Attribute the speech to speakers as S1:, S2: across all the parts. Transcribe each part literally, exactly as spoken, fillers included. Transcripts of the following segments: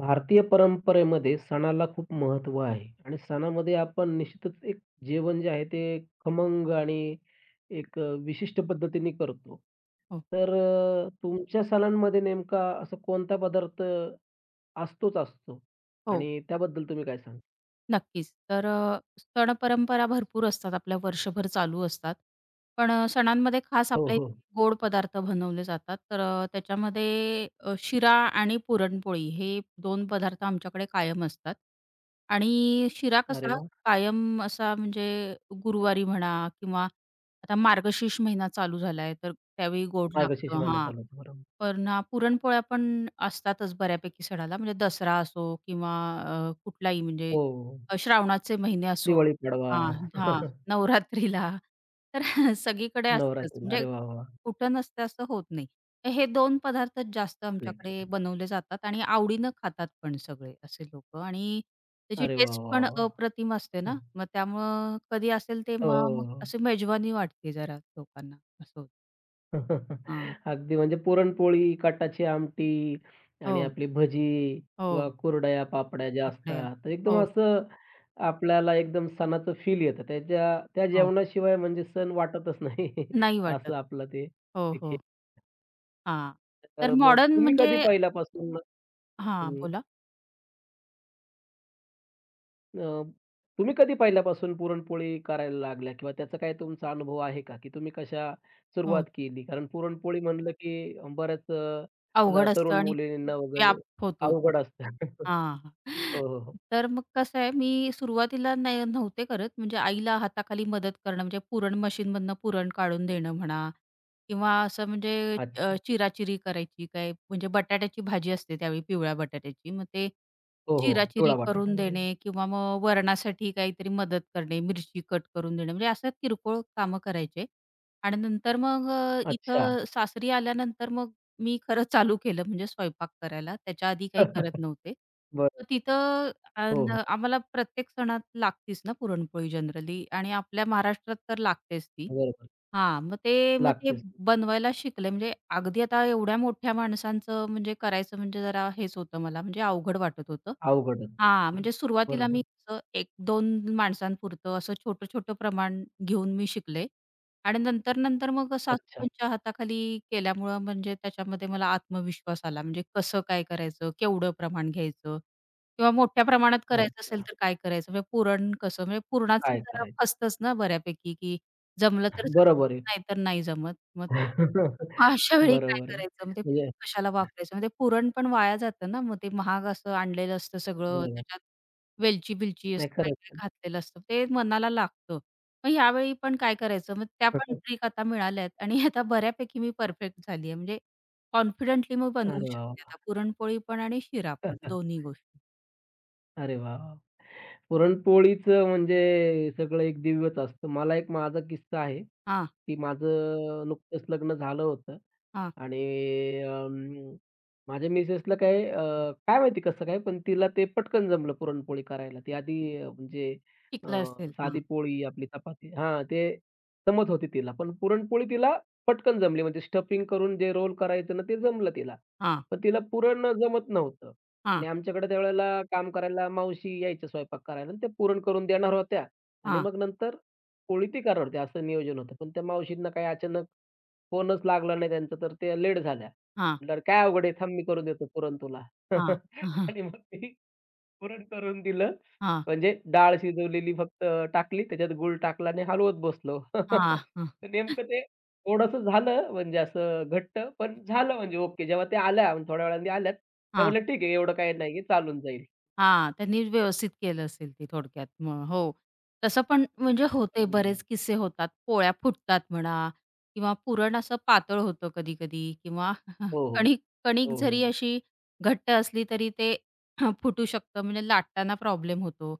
S1: भारतीय परंपरेमध्ये सणाला खूप महत्त्व आहे आणि सणामध्ये आपण निश्चितच एक जेवण जे आहे ते खमंग आणि एक अ, विशिष्ट पद्धतीने करतो.
S2: हो,
S1: तर अ, तुमच्या सणांमध्ये नेमका असा कोणता पदार्थ असतोच असतो
S2: हो,
S1: आणि त्याबद्दल तुम्ही काय सांगाल?
S2: नक्कीच. तर अ, सण-परंपरा भरपूर असतात आपल्या वर्षभर चालू असतात. पण अ, सणांमध्ये खास
S1: हो,
S2: आपल्या इथे
S1: हो.
S2: गोड पदार्थ बनवले जातात. तर अ, त्याच्यामध्ये अ, शिरा आणि पुरणपोळी हे दोन पदार्थ आमच्याकडे कायम असतात. आणि शिरा
S1: अरे
S2: कसा
S1: वाह!
S2: कायम असा म्हणजे गुरुवारी म्हणा किंवा आता मार्गशीर्ष महिना चालू झालाय, तर त्यावेळी गोड
S1: मार्गशीर्ष
S2: लागतं.
S1: महिना
S2: हां.
S1: चालू होतो. बरोबर.
S2: पण अ, पुरणपोळ्या पण असतातच बऱ्यापैकी सणाला म्हणजे दसरा असो किंवा अ, कुठलाही म्हणजे
S1: हो. हो, हो.
S2: अ, श्रावणाचे महिने असो.
S1: दिवाळी, पाडवा,
S2: हां, हां, नवरात्रीला तर सगळीकडे असतंच
S1: नवरात्री. अरे
S2: म्हणजे
S1: वाह, वाह!
S2: कुठं नसतं असं होत नाही. तर हे दोन पदार्थ जास्त
S1: खरंय,
S2: आमच्याकडे
S1: खरंय.
S2: बनवले जातात आणि आवडीनं खातात पण सगळे असे लोकं आणि त्याची
S1: अरे वाह,
S2: टेस्ट
S1: वाह,
S2: पण
S1: वाह!
S2: अप्रतिम असते ना,
S1: हो.
S2: मग त्यामुळं कधी असेल तेव्हा
S1: हो,
S2: मग
S1: हो.
S2: अशी मेजवानी वाटते जरा लोकांना असं होतं. हां.
S1: अगदी म्हणजे पुरणपोळी, कटाची आमटी आणि
S2: हो,
S1: आपली भजी किंवा
S2: हो.
S1: कुरडया, पापड्या ज्या
S2: बापरे!
S1: असतात, तर एकदम
S2: हो,
S1: असं आपल्याला एकदम सणाचं फील येतं. त्याच्या त्या
S2: हो.
S1: जेवणाशिवाय म्हणजे सण वाटतच नाही.
S2: नाही
S1: असं
S2: वाटत.
S1: आपलं ते
S2: हो,
S1: ते खेळ.
S2: हो. हां. तर
S1: तर मग
S2: मॉडर्न
S1: तुम्ही
S2: म्हणजे
S1: कधी पहिल्यापासून
S2: हां,
S1: हं.
S2: बोला.
S1: अ, तुम्ही कधी पहिल्यापासून पुरणपोळी करायला लागल्या किंवा त्याचा काही तुमचा अनुभव आहे का? की तुम्ही कशा सुरुवात
S2: हो.
S1: केली? कारण पुरणपोळी म्हणलं की अ, बऱ्याच अ, ल
S2: अवघड असतं
S1: तरुण
S2: आणि
S1: मुलींना
S2: व्याप
S1: वगैरे
S2: होतो तो.
S1: अवघड असतं.
S2: हां.
S1: हो, हो, हो.
S2: तर मग कसं आहे, मी सुरुवातीला नाही नव्हते करत. म्हणजे आईला हाताखाली मदत करणं, म्हणजे पुरण मशीनमधनं पुरण काढून देणं म्हणा किंवा असं म्हणजे अ,
S1: अच्छा.
S2: चिराचिरी करायची काय म्हणजे बटाट्याची भाजी असते त्यावेळी पिवळ्या बटाट्याची. मग ते
S1: हो, हो.
S2: चिराचिरी
S1: पिवळा बटाटा
S2: करून
S1: बरोबर आहे.
S2: देणे किंवा मग वरणासाठी काहीतरी मदत करणे, मिरची कट करून देणे. म्हणजे असं किरकोळ कामं करायचे आणि नंतर मग अ,
S1: अच्छा.
S2: इथं सासरी आल्यानंतर मग मी खरं चालू केलं म्हणजे स्वयंपाक करायला. त्याच्या आधी काही करत नव्हते.
S1: बरं.
S2: मग तिथं
S1: हो,
S2: अन्
S1: हो.
S2: आम्हाला प्रत्येक सणात लागतीच ना पुरणपोळी जनरली आणि आपल्या महाराष्ट्रात तर लागतेच ती.
S1: बरोबर.
S2: हां, मग ते मग ते
S1: लागतेच.
S2: बनवायला शिकले. म्हणजे अगदी आता एवढ्या मोठ्या माणसांचं म्हणजे करायचं म्हणजे जरा हेच होतं मला म्हणजे अवघड वाटत होतं.
S1: अवघड असते.
S2: हां, म्हणजे सुरुवातीला
S1: बरोबर.
S2: मी असं एक दोन माणसांपुरतं असं छोटं-छोटं प्रमाण घेऊन मी शिकले आणि नंतर-नंतर मग
S1: अच्छा,
S2: सासूबाईंच्या हाताखाली केल्यामुळं म्हणजे त्याच्यामध्ये मला आत्मविश्वास आला. म्हणजे कसं काय करायचं, केवढं प्रमाण घ्यायचं किंवा मोठ्या प्रमाणात करायचं असेल
S1: अच्छा.
S2: तर काय करायचं? म्हणजे पुरण कसं? म्हणजे पुरणाचं
S1: काय
S2: जरा
S1: करायचं?
S2: फसतंच ना बऱ्यापैकी की जमलं तर जमतंय,
S1: बरोबर आहे.
S2: नाहीतर नाही जमत. मग ते मग अशा वेळी काय
S1: बरोबर आहे.
S2: करायचं? मग ते पीठ
S1: म्हणजे
S2: कशाला वापरायचं? मग ते पुरण पण वाया जातं ना, मग ते महाग असं आणलेलं असतं सगळं,
S1: बरोबर.
S2: त्याच्यात वेलची-बिलची
S1: नाही
S2: असं
S1: खरंच
S2: काय-काय
S1: आहे.
S2: घातलेलं असतं. ते मनाला लागतं. मग यावेळी पण काय करायचं? मग त्या पण ट्रिक आता मिळाल्या आहेत आणि आता बऱ्यापैकी मी परफेक्ट झाली आहे. म्हणजे कॉन्फिडेंटली मी बनवू
S1: अरे वाह,
S2: शकते
S1: वाह!
S2: आता पुरणपोळी पण आणि शिरा पण दोन्ही गोष्टी.
S1: अरे वाह, वाह! पुरणपोळीचं म्हणजे सगळं एक दिव्यच असतं. मला एक माझा किस्सा आहे,
S2: हां,
S1: की माझं नुकतंच लग्न झालं होतं
S2: हां.
S1: आणि अं, माझ्या मिसेसला काय अ, काय माहिती कसं काय, पण तिला ते पटकन जमलं पुरणपोळी करायला. ती आधी अ, म्हणजे अ,
S2: शिकलं असेल. हां,
S1: साधी पोळी आपली चपाती हां, ते जमत होती तिला. पण पुरणपोळी तिला पटकन जमली म्हणजे स्टफिंग करून जे रोल करायचं ना, ते जमलं तिला.
S2: हां,
S1: पण तिला पुरण जमत नव्हतं.
S2: हां,
S1: आणि आमच्याकडे त्यावेळेला काम करायला मावशी यायच्या स्वयंपाक करायला आणि त्या पुरण करून देणार होत्या आणि
S2: हां,
S1: मग नंतर पोळी ती करणार होती असं नियोजन होतं. पण त्या मावशींना काही अचानक फोनच लागला नाही त्यांचा तर त्या लेट झाल्या.
S2: हां,
S1: म्हटल्यावर "काय अवघड आहे थांब मी करून देतो पुरण तुला."
S2: हां, हां,
S1: आणि मग ती पुरण करून दिलं
S2: हां.
S1: म्हणजे डाळ शिजवलेली फक्त टाकली, त्याच्यात गूळ टाकला आणि हलवत बसलो.
S2: हां, हां.
S1: तर नेमकं ते थोडंसं झालं म्हणजे असं घट्ट, पण झालं म्हणजे ओके. जेव्हा त्या आल्या आणि थोड्या वेळाने आल्यात, त्या
S2: हां.
S1: म्हणल्या, "ठीक आहे, एवढं काही नाहीये, चालून जाईल." म्हणजे
S2: हां, त्यांनी व्यवस्थित केलं असेल ते थोडक्यात मग हो. तसं पण म्हणजे होते
S1: करून दिलं.
S2: बरेच किस्से होतात. पोळ्या फुटतात म्हणा किंवा पुरण असं पातळ होतं कधी-कधी किंवा
S1: हो, हो.
S2: कणिक कणिक
S1: हो,
S2: जरी
S1: हो.
S2: अशी घट्ट असली तरी ते फुटू शकतं म्हणजे लाटताना प्रॉब्लेम होतो.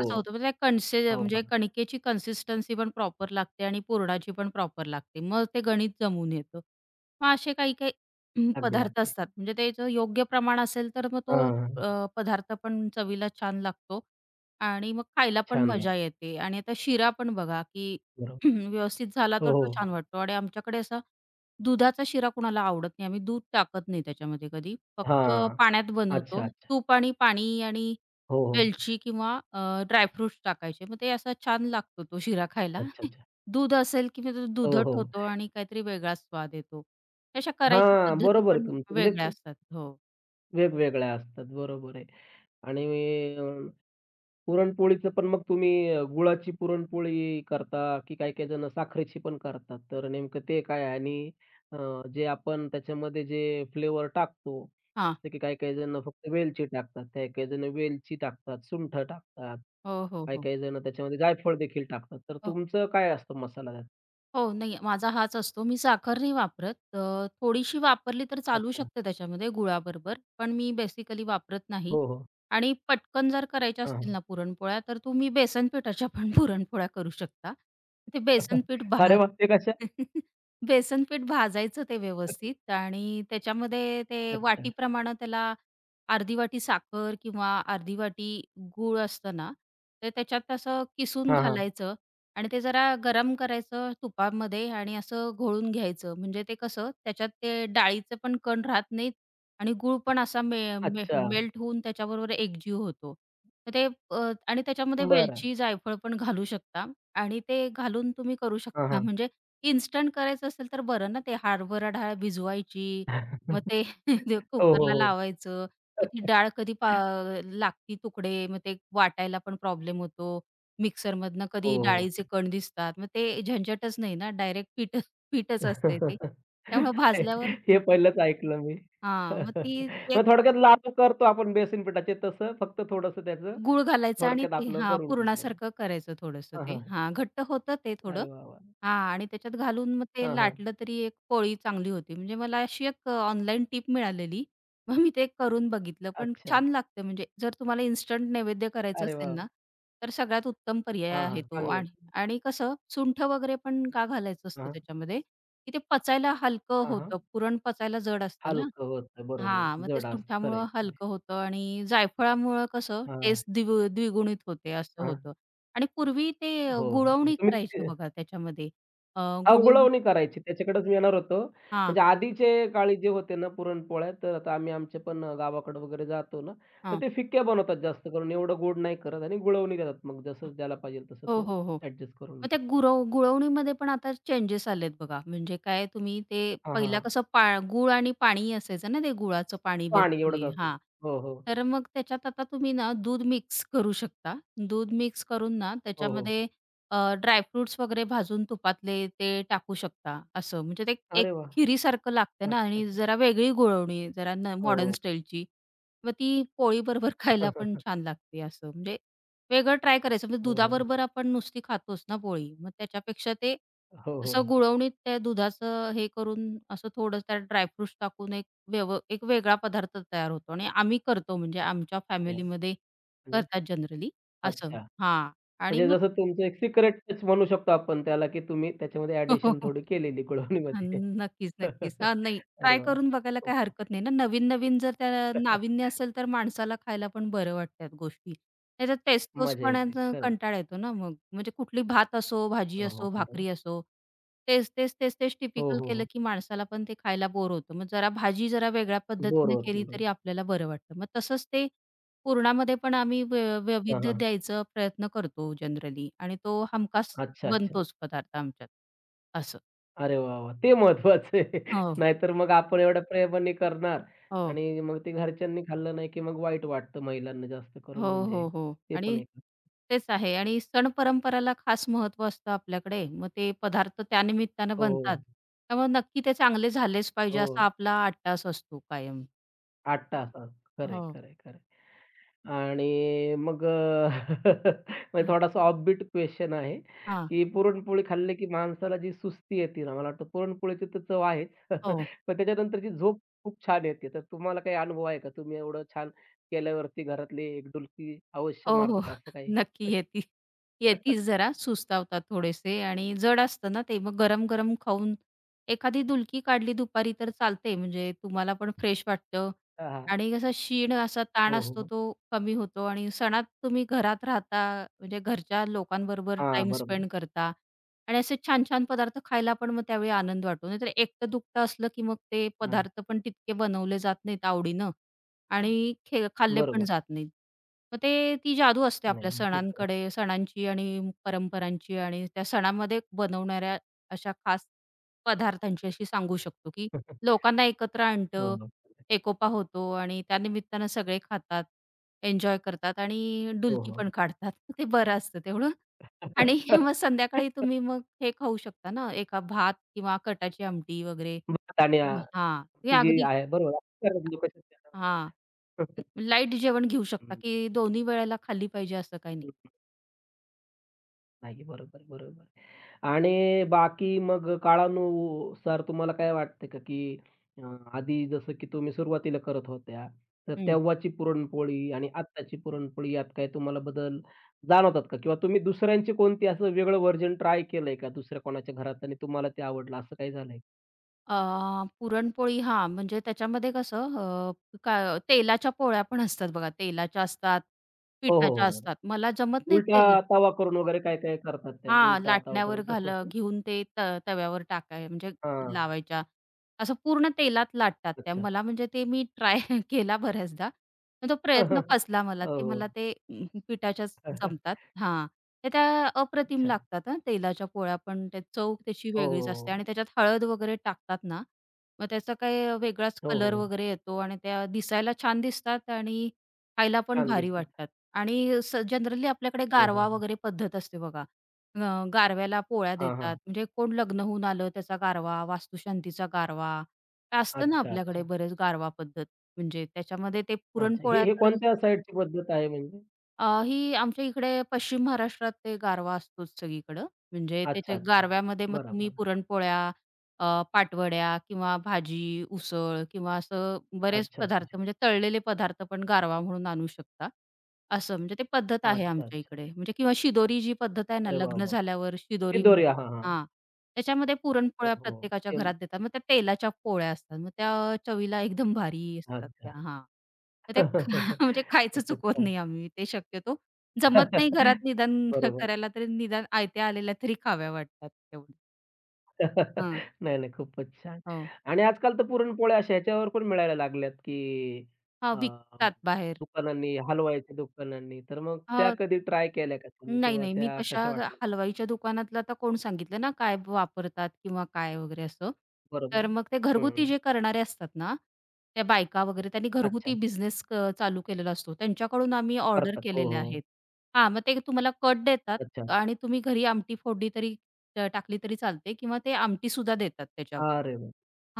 S2: असं होतं म्हणजे कणसे
S1: अवघड
S2: म्हणजे
S1: असतं.
S2: कणिकेची कन्सिस्टन्सी पण प्रॉपर लागते आणि पुरणाची पण प्रॉपर लागते. मग ते गणित जमून येतं. मग असे काही-काही
S1: अगदी,
S2: पदार्थ
S1: अगदी.
S2: असतात म्हणजे त्याचं योग्य प्रमाण असेल तर मग तो
S1: हां.
S2: अ, पदार्थ पण चवीला छान लागतो आणि मग खायला पण
S1: छान लागतं.
S2: मजा येते आणि आता शिरा पण बघा, की
S1: बरोबर.
S2: व्यवस्थित झाला
S1: हो,
S2: तर तो
S1: हो.
S2: छान वाटतो आणि आमच्याकडे असा दुधाचा शिरा कुणाला आवडत नाही. आम्ही दूध टाकत नाही त्याच्यामध्ये कधी. फक्त
S1: हां.
S2: पाण्यात
S1: अच्छा,
S2: बनवतो.
S1: अच्छा.
S2: तूप आणि पाणी आणि
S1: हो, हो.
S2: वेलची किंवा ड्रायफ्रुट्स टाकायचे. मग ते असा छान लागतो तो शिरा खायला.
S1: अच्छा, अच्छा.
S2: दूध असेल की मग तो
S1: हो,
S2: दुधट
S1: हो.
S2: होतो आणि काहीतरी वेगळाच स्वाद येतो. अशा करायच्या
S1: हां,
S2: पद्धती
S1: बरोबर आहे
S2: पण
S1: तुमचं. म्हणजे क
S2: वेगळ्या असतात. हो.
S1: वेगवेगळ्या असतात. बरोबर आहे. आणि पुरणपोळीचं पण मग तुम्ही अ, गुळाची पुरणपोळी करता, की काही-काही जण साखरेची पण करतात. तर नेमकं ते काय आहे? आणि अ, जे आपण त्याच्यामध्ये जे फ्लेवर टाकतो,
S2: हां.
S1: जसं की काही-काही जण फक्त वेलची टाकतात, काही-काही जण वेलची टाकतात, सुंठ टाकतात,
S2: हो, हो, हो.
S1: काही-काही जण त्याच्यामध्ये जायफळ देखील टाकतात. तर
S2: हो,
S1: तुमचं काय असतं मसाला त्यात?
S2: हो. नाही, माझा हाच असतो. मी साखर नाही वापरत. अ, थोडीशी वापरली तर चालू
S1: अच्छा.
S2: शकते त्याच्यामध्ये गुळाबरोबर, पण मी बेसिकली वापरत नाही.
S1: हो, हो.
S2: आणि पटकन जर करायच्या
S1: हां,
S2: असतील
S1: हां.
S2: ना पुरणपोळ्या, तर तुम्ही बेसन पिठाच्या पण पुरणपोळ्या करू शकता. ते बेसन पीठ भा
S1: अरे वाह! ते कशा?
S2: बेसन पीठ भाजायचं ते व्यवस्थित आणि त्याच्यामध्ये ते
S1: अच्छा.
S2: वाटीप्रमाणे त्याला अर्धी वाटी साखर किंवा अर्धी वाटी गूळ असतं ना, ते त्याच्यात असं किसून
S1: हां, हां.
S2: घालायचं आणि ते जरा गरम करायचं तुपामध्ये आणि असं घोळून घ्यायचं. म्हणजे ते कसं त्याच्यात ते डाळीचे पण कण राहत नाहीत आणि गूळ पण असा मे मे
S1: अच्छा.
S2: मेल्ट होऊन त्याच्याबरोबर एकजीव होतो. तर ते अ, आणि त्याच्यामध्ये
S1: बरं.
S2: वेलची, जायफळ पण घालू शकता आणि ते घालून तुम्ही करू
S1: हां,
S2: शकता.
S1: हां.
S2: म्हणजे इन्स्टंट करायचं असेल तर बरं ना, ते हरभरा डाळ भिजवायची, मग ते ते
S1: हो, हो,
S2: कुकरला
S1: हो.
S2: लावायचं. मग ती डाळ कधी पा लागती तुकडे, मग ते वाटायला पण प्रॉब्लेम होतो. मिक्सरमधनं
S1: हो,
S2: कधी
S1: हो.
S2: डाळीचे कण दिसतात. मग ते झंझटच नाही ना, डायरेक्ट पीठ पीठच असते ते. त्यामुळे भाजल्यावर
S1: हे पहिलंच ऐकलं मी.
S2: हां, मग ती ती एक
S1: मग थोडक्यात लाडू करतो आपण बेसन पिठाचे तसं फक्त थोडंसं त्याचं
S2: गूळ घालायचा आणि
S1: थोडक्यात
S2: ते
S1: आपलं
S2: हां,
S1: करून टाकायचं.
S2: पुरणासारखं करायचं थोडंसं
S1: हां,
S2: ते.
S1: हां.
S2: हां, घट्ट होतं ते थोडं.
S1: अरे वाह, वाह!
S2: हां आणि त्याच्यात घालून मग ते
S1: हां, हां.
S2: लाटलं तरी एक पोळी चांगली होती. म्हणजे मला अशी एक अ, ऑनलाईन टिप मिळालेली. मग मी ते करून बघितलं. पण
S1: अच्छा.
S2: छान लागतं म्हणजे जर तुम्हाला इन्स्टंट नैवेद्य करायचं
S1: अरे वाह!
S2: असेल ना, तर सगळ्यात उत्तम पर्याय
S1: हां, हां.
S2: आहे तो.
S1: चांगलं
S2: आणि
S1: आहे.
S2: आणि कसं सुंठ वगैरे पण का घालायचं असतं
S1: हां,
S2: त्याच्यामध्ये, की ते पचायला हलकं
S1: हां, हां.
S2: होतं. पुरण पचायला जड असतं ना.
S1: हलकं होतं. बरोबर आहे.
S2: हां, मग ते
S1: जड असतं. खरं
S2: सुंठामुळं
S1: आहे.
S2: हलकं होतं आणि जायफळामुळं कसं
S1: हां,
S2: टेस्ट दिव द्विगुणित होते असं
S1: हां.
S2: होतं. आणि पूर्वी ते अ,
S1: हो, हो. म्हणजे
S2: गुळवणी करायचे
S1: तुम्ही
S2: बघा त्याच्यामध्ये. अ, गुळवणी
S1: अगोळवणी करायची, त्याच्याकडेच मी येणार होतो.
S2: हां,
S1: म्हणजे आधीचे काळी जे होते ना पुरणपोळ्या, तर आता आम्ही आमच्या पण अ, गावाकडे वगैरे जातो ना, तर
S2: हां.
S1: ते फिक्या बनवतात जास्त करून. एवढं गोड नाही करत आणि गुळवणी देतात. मग जसं ज्याला पाहिजेल तसं
S2: हो,
S1: तो
S2: हो, हो.
S1: ॲडजस्ट करून
S2: मग
S1: घेतो.
S2: त्या गुरव गुळवणीमध्ये पण आता चेंजेस आलेत बघा. म्हणजे काय तुम्ही ते
S1: हां, हां,
S2: पहिला
S1: हां.
S2: कसं पा गूळ आणि पाणी असायचं ना ते गुळाचं पाणी
S1: पाणी एवढंच
S2: बेसिकली
S1: असतं.
S2: हां.
S1: हो, हो.
S2: तर मग त्याच्यात आता तुम्ही ना दूध मिक्स करू शकता. दूध मिक्स करून ना
S1: हो, हो.
S2: त्याच्यामध्ये अ, ड्रायफ्रुट्स वगैरे भाजून तुपातले ते टाकू शकता असं. म्हणजे ते एक
S1: अरे वाह!
S2: खिरीसारखं लागतं ना
S1: अच्छा,
S2: आणि
S1: अच्छा.
S2: जरा वेगळी गुळवणी जरा न मॉडर्न
S1: हो.
S2: स्टाईलची. मग ती पोळीबरोबर खायला पण छान लागते असं. म्हणजे वेगळं ट्राय करायचं. म्हणजे
S1: हो, हो, हो.
S2: दुधाबरोबर आपण नुसती खातोच ना पोळी. मग त्याच्यापेक्षा ते
S1: हो,
S2: असं
S1: हो.
S2: गुळवणीत त्या दुधाचं हे करून असं थोडं त्यात ड्रायफ्रुट्स टाकून एक व्यव एक वेगळा पदार्थ तयार होतो आणि आम्ही करतो म्हणजे आमच्या
S1: अरे वाह!
S2: फॅमिलीमध्ये
S1: म्हणजे
S2: करतात जनरली असं.
S1: अच्छा.
S2: हां. आणि
S1: म्हणजे
S2: मग
S1: जसं तुमचं एक सिक्रेट टच म्हणू शकतो आपण त्याला, की तुम्ही त्याच्यामध्ये ॲडिशन थोडी केलेली
S2: अ,
S1: गुळवणीमध्ये.
S2: नक्कीच, नक्कीच. हां, नाही
S1: अरे
S2: ट्राय
S1: वाह!
S2: करून बघायला
S1: खूप
S2: काही हरकत नाही ना. नवीन-नवीन जर त्या नाविन्य असेल तर माणसाला खायला पण बरं वाटतात गोष्टी. नाहीतर तेच
S1: मजा येते.
S2: तोचपणानं
S1: खरं आहे.
S2: कंटाळा येतो ना मग. म्हणजे कुठली भात असो, भाजी
S1: हो, हो.
S2: असो,
S1: बरोबर.
S2: भाकरी असो. तेच, तेच, तेच, तेच
S1: हो,
S2: टिपिकल
S1: हो,
S2: केलं
S1: हो.
S2: की माणसाला पण ते खायला बोर होतं. मग जरा भाजी जरा वेगळ्या
S1: बोर
S2: पद्धतीने
S1: होत
S2: केली
S1: नाही.
S2: तरी आपल्याला बरं वाटतं. मग तसंच ते पुरणामध्ये पण आम्ही वै
S1: हां,
S2: वैविध्य
S1: हां.
S2: द्यायचा प्रयत्न करतो जनरली आणि तो हमखास
S1: अच्छा, अच्छा.
S2: बनतोच पदार्थ आमच्यात. असं.
S1: अरे वाह, वाह! ते महत्वाचं आहे.
S2: हो.
S1: नाहीतर मग आपण एवढ्या प्रेमाने करणार
S2: हो.
S1: आणि मग ते घरच्यांनी खाल्लं नाही, की मग वाईट वाटतं महिलांना जास्त करून
S2: हो,
S1: म्हणजे.
S2: हो, हो.
S1: ते पण
S2: आणि
S1: एक
S2: तेच आहे आणि सण-परंपराला खास महत्त्व असतं आपल्याकडे. मग ते पदार्थ त्यानिमित्तानं बनतात.
S1: हो,
S2: त्यामुळे नक्की ते चांगले झालेच पाहिजे
S1: हो.
S2: असा आपला अट्टास असतो कायम.
S1: आठ तास. खरं
S2: हो.
S1: आहे, खरं आणि मग अ, म्हणजे
S2: हं.
S1: थोडासा ऑफबीट क्वेशन आहे, की पुरणपोळी खाल्ली की माणसाला जी सुस्ती येते ना, मला वाटतं पुरणपोळीची तर चव आहेच.
S2: हो.
S1: पण त्याच्यानंतरची झोप खूप छान येते. तर तुम्हाला काही अनुभव आहे का? तुम्ही एवढं छान केल्यावरती घरातले एक डुलकी अवश्य
S2: हो, हो.
S1: मारतात असं काही?
S2: नक्की येती येतीच जरा सुस्तावतात थोडेसे आणि जड असतं ना ते. मग गरम-गरम खाऊन एखादी डुलकी काढली दुपारी तर चालते म्हणजे तुम्हाला पण फ्रेश वाटतं
S1: हां, हां.
S2: आणि कसा क्षीण असा ताण
S1: हो, हो,
S2: असतो
S1: हो.
S2: तो कमी होतो आणि सणात तुम्ही घरात राहता म्हणजे घरच्या लोकांबरोबर
S1: हां,
S2: टाईम
S1: बरोबर.
S2: स्पेंड करता आणि असे छान-छान पदार्थ खायला पण मग त्यावेळी आनंद वाटतो. नाहीतर एकटं-दुकटं असलं की मग ते
S1: हां,
S2: पदार्थ पण तितके बनवले जात नाहीत आवडीनं. आणि खे खाल्ले पण
S1: बरोबर.
S2: जात नाहीत. मग ते ती जादू असते
S1: नाही,
S2: आपल्या
S1: अगदी खरं आहे.
S2: सणांकडे, सणांची आणि परंपरांची आणि त्या सणामध्ये बनवणाऱ्या अशा खास पदार्थांची अशी सांगू शकतो, की लोकांना एकत्र
S1: हो,
S2: आणतं,
S1: हो.
S2: एकोपा होतो आणि त्यानिमित्तानं सगळे खातात, एन्जॉय करतात आणि
S1: हो,
S2: डुलकी
S1: हो.
S2: पण काढतात. ते बरं असतं तेवढं आणि मग संध्याकाळी तुम्ही मग हे खाऊ शकता ना, एका भात किंवा कटाची आमटी वगैरे.
S1: भात आणि अ,
S2: हां, ते
S1: ती जी
S2: अगदी
S1: आहे बरोबर. लोक
S2: हां. लाईट जेवण घेऊ शकता,
S1: हम्म.
S2: की दोन्ही वेळेला खाल्ली पाहिजे असं काही नाही.
S1: नाही. बरोबर, बरोबर. आणि बाकी मग काळानुसार तुम्हाला काय वाटतं का, की अ, आधी जसं की तुम्ही सुरुवातीला करत होत्या, तर
S2: हं.
S1: तेव्हाची पुरणपोळी आणि आत्ताची पुरणपोळी यात काही तुम्हाला बदल जाणवतात का? किंवा तुम्ही दुसऱ्यांचे कोणते असं वेगळं व्हर्जन ट्राय केलंय का? दुसऱ्या कोणाच्या घरात आणि तुम्हाला ते आवडलं असं काही झालंय?
S2: अ, पुरणपोळी हां, म्हणजे त्याच्यामध्ये कसं अ, का तेलाच्या पोळ्या पण असतात बघा. तेलाच्या असतात,
S1: हो, हो,
S2: पिठाच्या
S1: हो.
S2: असतात. मला जमत नाही
S1: उलटा
S2: तेल
S1: तवा करून वगैरे काय काय करतात त्या
S2: हां,
S1: उलटा तवा
S2: लाटण्यावर
S1: करून
S2: घाल
S1: तसंच ना?
S2: घेऊन ते त तव्यावर टाकाय म्हणजे
S1: हां.
S2: लावायच्या. असं पूर्ण तेलात लाटतात त्या.
S1: अच्छा.
S2: मला म्हणजे ते मी ट्राय केला बऱ्याचदा. पण तो प्रयत्न
S1: हो,
S2: फसला मला. ते
S1: हो.
S2: मला ते अं, पिठाच्याच जमतात. हां. तर त्या अप्रतिम
S1: अच्छा.
S2: लागतात हां, तेलाच्या पोळ्या पण ते चव त्याची
S1: हो, हो,
S2: वेगळीच असते
S1: हो.
S2: आणि त्याच्यात हळद वगैरे टाकतात ना, मग त्याचा काही वेगळाच
S1: हो, हो,
S2: कलर
S1: हो.
S2: वगैरे येतो आणि त्या दिसायला छान दिसतात आणि खायला पण
S1: छान
S2: भारी
S1: दिसतात.
S2: वाटतात. आणि स जनरली आपल्याकडे
S1: हो. हो, हो,
S2: गारवा
S1: हो.
S2: वगैरे पद्धत असते बघा. अ, गारव्याला पोळ्या
S1: हां,
S2: देतात.
S1: हां.
S2: म्हणजे कोण लग्न होऊन आलं त्याचा गारवा, वास्तुशांतीचा गारवा. असतं ना
S1: अच्छा,
S2: आपल्याकडे
S1: अच्छा.
S2: बरेच गारवा पद्धत. म्हणजे त्याच्यामध्ये ते
S1: अच्छा. हे
S2: पुरणपोळ्या
S1: हे
S2: तर
S1: कोणत्या साइडची पद्धत आहे म्हणजे?
S2: अ, ही आमच्या इकडे पश्चिम महाराष्ट्रात ते गारवा असतोच सगळीकडं. म्हणजे
S1: अच्छा,
S2: त्याच्या
S1: अच्छा. अच्छा.
S2: गारव्यामध्ये मग तुम्ही
S1: बरोबर.
S2: पुरणपोळ्या, अ, पाटवड्या किंवा भाजी, उसळ किंवा असं बरेच
S1: अच्छा, अच्छा,
S2: पदार्थ
S1: अच्छा.
S2: म्हणजे तळलेले पदार्थ पण गारवा म्हणून आणू शकता. असं म्हणजे ते पद्धत आहे
S1: अच्छा,
S2: आमच्या
S1: अच्छा,
S2: इकडे.
S1: अच्छा.
S2: म्हणजे किंवा शिदोरी जी पद्धत आहे ना
S1: अरे वाह,
S2: लग्न
S1: वाह!
S2: झाल्यावर
S1: ते
S2: शिदोरी
S1: दोऱ्या. हां, हां.
S2: हां. त्याच्यामध्ये
S1: हो,
S2: पुरणपोळ्या
S1: हो.
S2: प्रत्येकाच्या
S1: ते
S2: घरात देतात. मग त्या तेलाच्या पोळ्या असतात. मग त्या चवीला एकदम भारी असतात
S1: अच्छा.
S2: त्या. हां. तर त्या खा- म्हणजे खायचं
S1: खूपच
S2: चुकवत
S1: छान.
S2: नाही आम्ही ते शक्यतो. जमत नाही घरात निदान
S1: बरोबर.
S2: करायला तरी निदान आयत्या आलेल्या तरी खाव्या वाटतात तेवढ्या. हां.
S1: नाही, नाही. खूपच छान.
S2: हो.
S1: आणि आजकाल तर पुरणपोळ्या अशा ह्याच्यावर पण मिळायला लागल्यात, की
S2: हां,
S1: अ,
S2: विकतात बाहेर.
S1: दुकानांनी, हलवायच्या दुकानांनी. तर मग त्या
S2: हो,
S1: कधी ट्राय केल्या का तुम्ही
S2: नाही,
S1: किंवा
S2: नाही. मी
S1: त्या कशा
S2: तशा
S1: वाटल्या?
S2: हलवाईच्या दुकानातलं आता कोण सांगितलं ना काय वापरतात किंवा काय वगैरे असं.
S1: बरोबर
S2: तर
S1: आहे.
S2: मग ते घरगुती
S1: हं.
S2: जे करणारे असतात ना, त्या बायका वगैरे त्यांनी
S1: अच्छा,
S2: घरगुती
S1: अच्छा.
S2: बिझनेस चालू केलेला असतो. त्यांच्याकडून आम्ही ऑर्डर
S1: करतात. हो,
S2: केलेल्या
S1: हो.
S2: आहेत. हां, मग ते तुम्हाला कट देतात
S1: अच्छा.
S2: आणि तुम्ही घरी आमटी फोडणी तरी अ, टाकली तरी चालते किंवा ते आमटीसुद्धा देतात त्याच्याबरोबर.
S1: अरे वाह!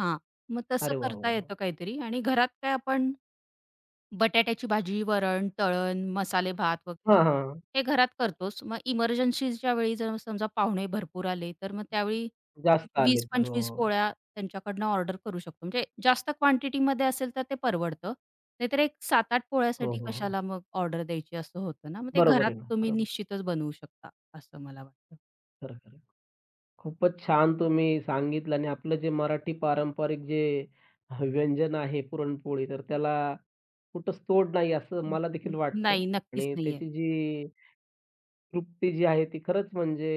S2: हां, मग तसं
S1: अरे वाह,
S2: करता
S1: वाह, वाह!
S2: येतं काहीतरी आणि घरात काय आपण बटाट्याची भाजी, वरण, तळण, मसाले भात वगैरे
S1: हां, हां.
S2: हे घरात करतोच. मग इमर्जन्सीच्या वेळी जर समजा पाहुणे भरपूर आले, तर मग त्यावेळी
S1: जास्त
S2: एक
S1: आले तर. हो,
S2: वीस पंचवीस
S1: हो.
S2: पोळ्या त्यांच्याकडनं ऑर्डर करू शकतो. म्हणजे जास्त क्वांटिटीमध्ये असेल तर ते परवडतं. नाहीतर एक सात आठ
S1: हो,
S2: पोळ्यासाठी
S1: हो, हो.
S2: कशाला मग ऑर्डर द्यायची असं होतं ना. मग ते
S1: बरोबर
S2: घरात
S1: आहे ना.
S2: तुम्ही
S1: बरोबर आहे.
S2: निश्चितच बनवू शकता असं मला वाटतं.
S1: खरं, खरं. खूपच छान तुम्ही सांगितलं आणि आपलं जे मराठी पारंपरिक जे व्यंजन आहे पुरणपोळी, तर त्याला कुठंच तोड नाही असं
S2: हं,
S1: मला देखील वाटतं
S2: नाही, नक्कीच
S1: आणि
S2: नाहीये.
S1: त्याची जी तृप्ती जी आहे ती खरंच म्हणजे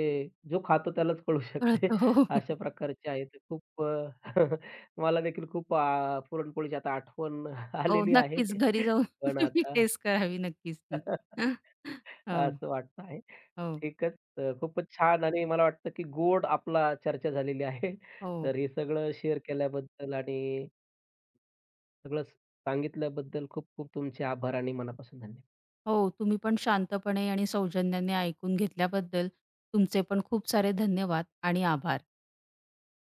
S1: जो खातो त्यालाच कळू शकते.
S2: कळतं. हो,
S1: अशा प्रकारची आहे ती खूप अ, मला देखील खूप आ, पुरणपोळीची आता आठवण
S2: हो.
S1: आलेली आहे.
S2: नक्कीच घरी जाऊन
S1: पण
S2: तुम्ही
S1: आता
S2: टेस्ट करावी नक्कीच ती. हो,
S1: असं वाटत आहे.
S2: हो.
S1: ठीकच. अ, खूपच छान आणि मला वाटतं की गोड आपला चर्चा झालेली आहे.
S2: हो,
S1: तर हे सगळं शेअर केल्याबद्दल आणि सगळं सांगितल्याबद्दल खूप खूप तुमचे आभार आणि मनापासून धन्यवाद.
S2: हो. तुम्ही पण शांतपणे आणि सौजन्याने ऐकून घेतल्याबद्दल तुमचे पण खूप सारे धन्यवाद आणि आभार.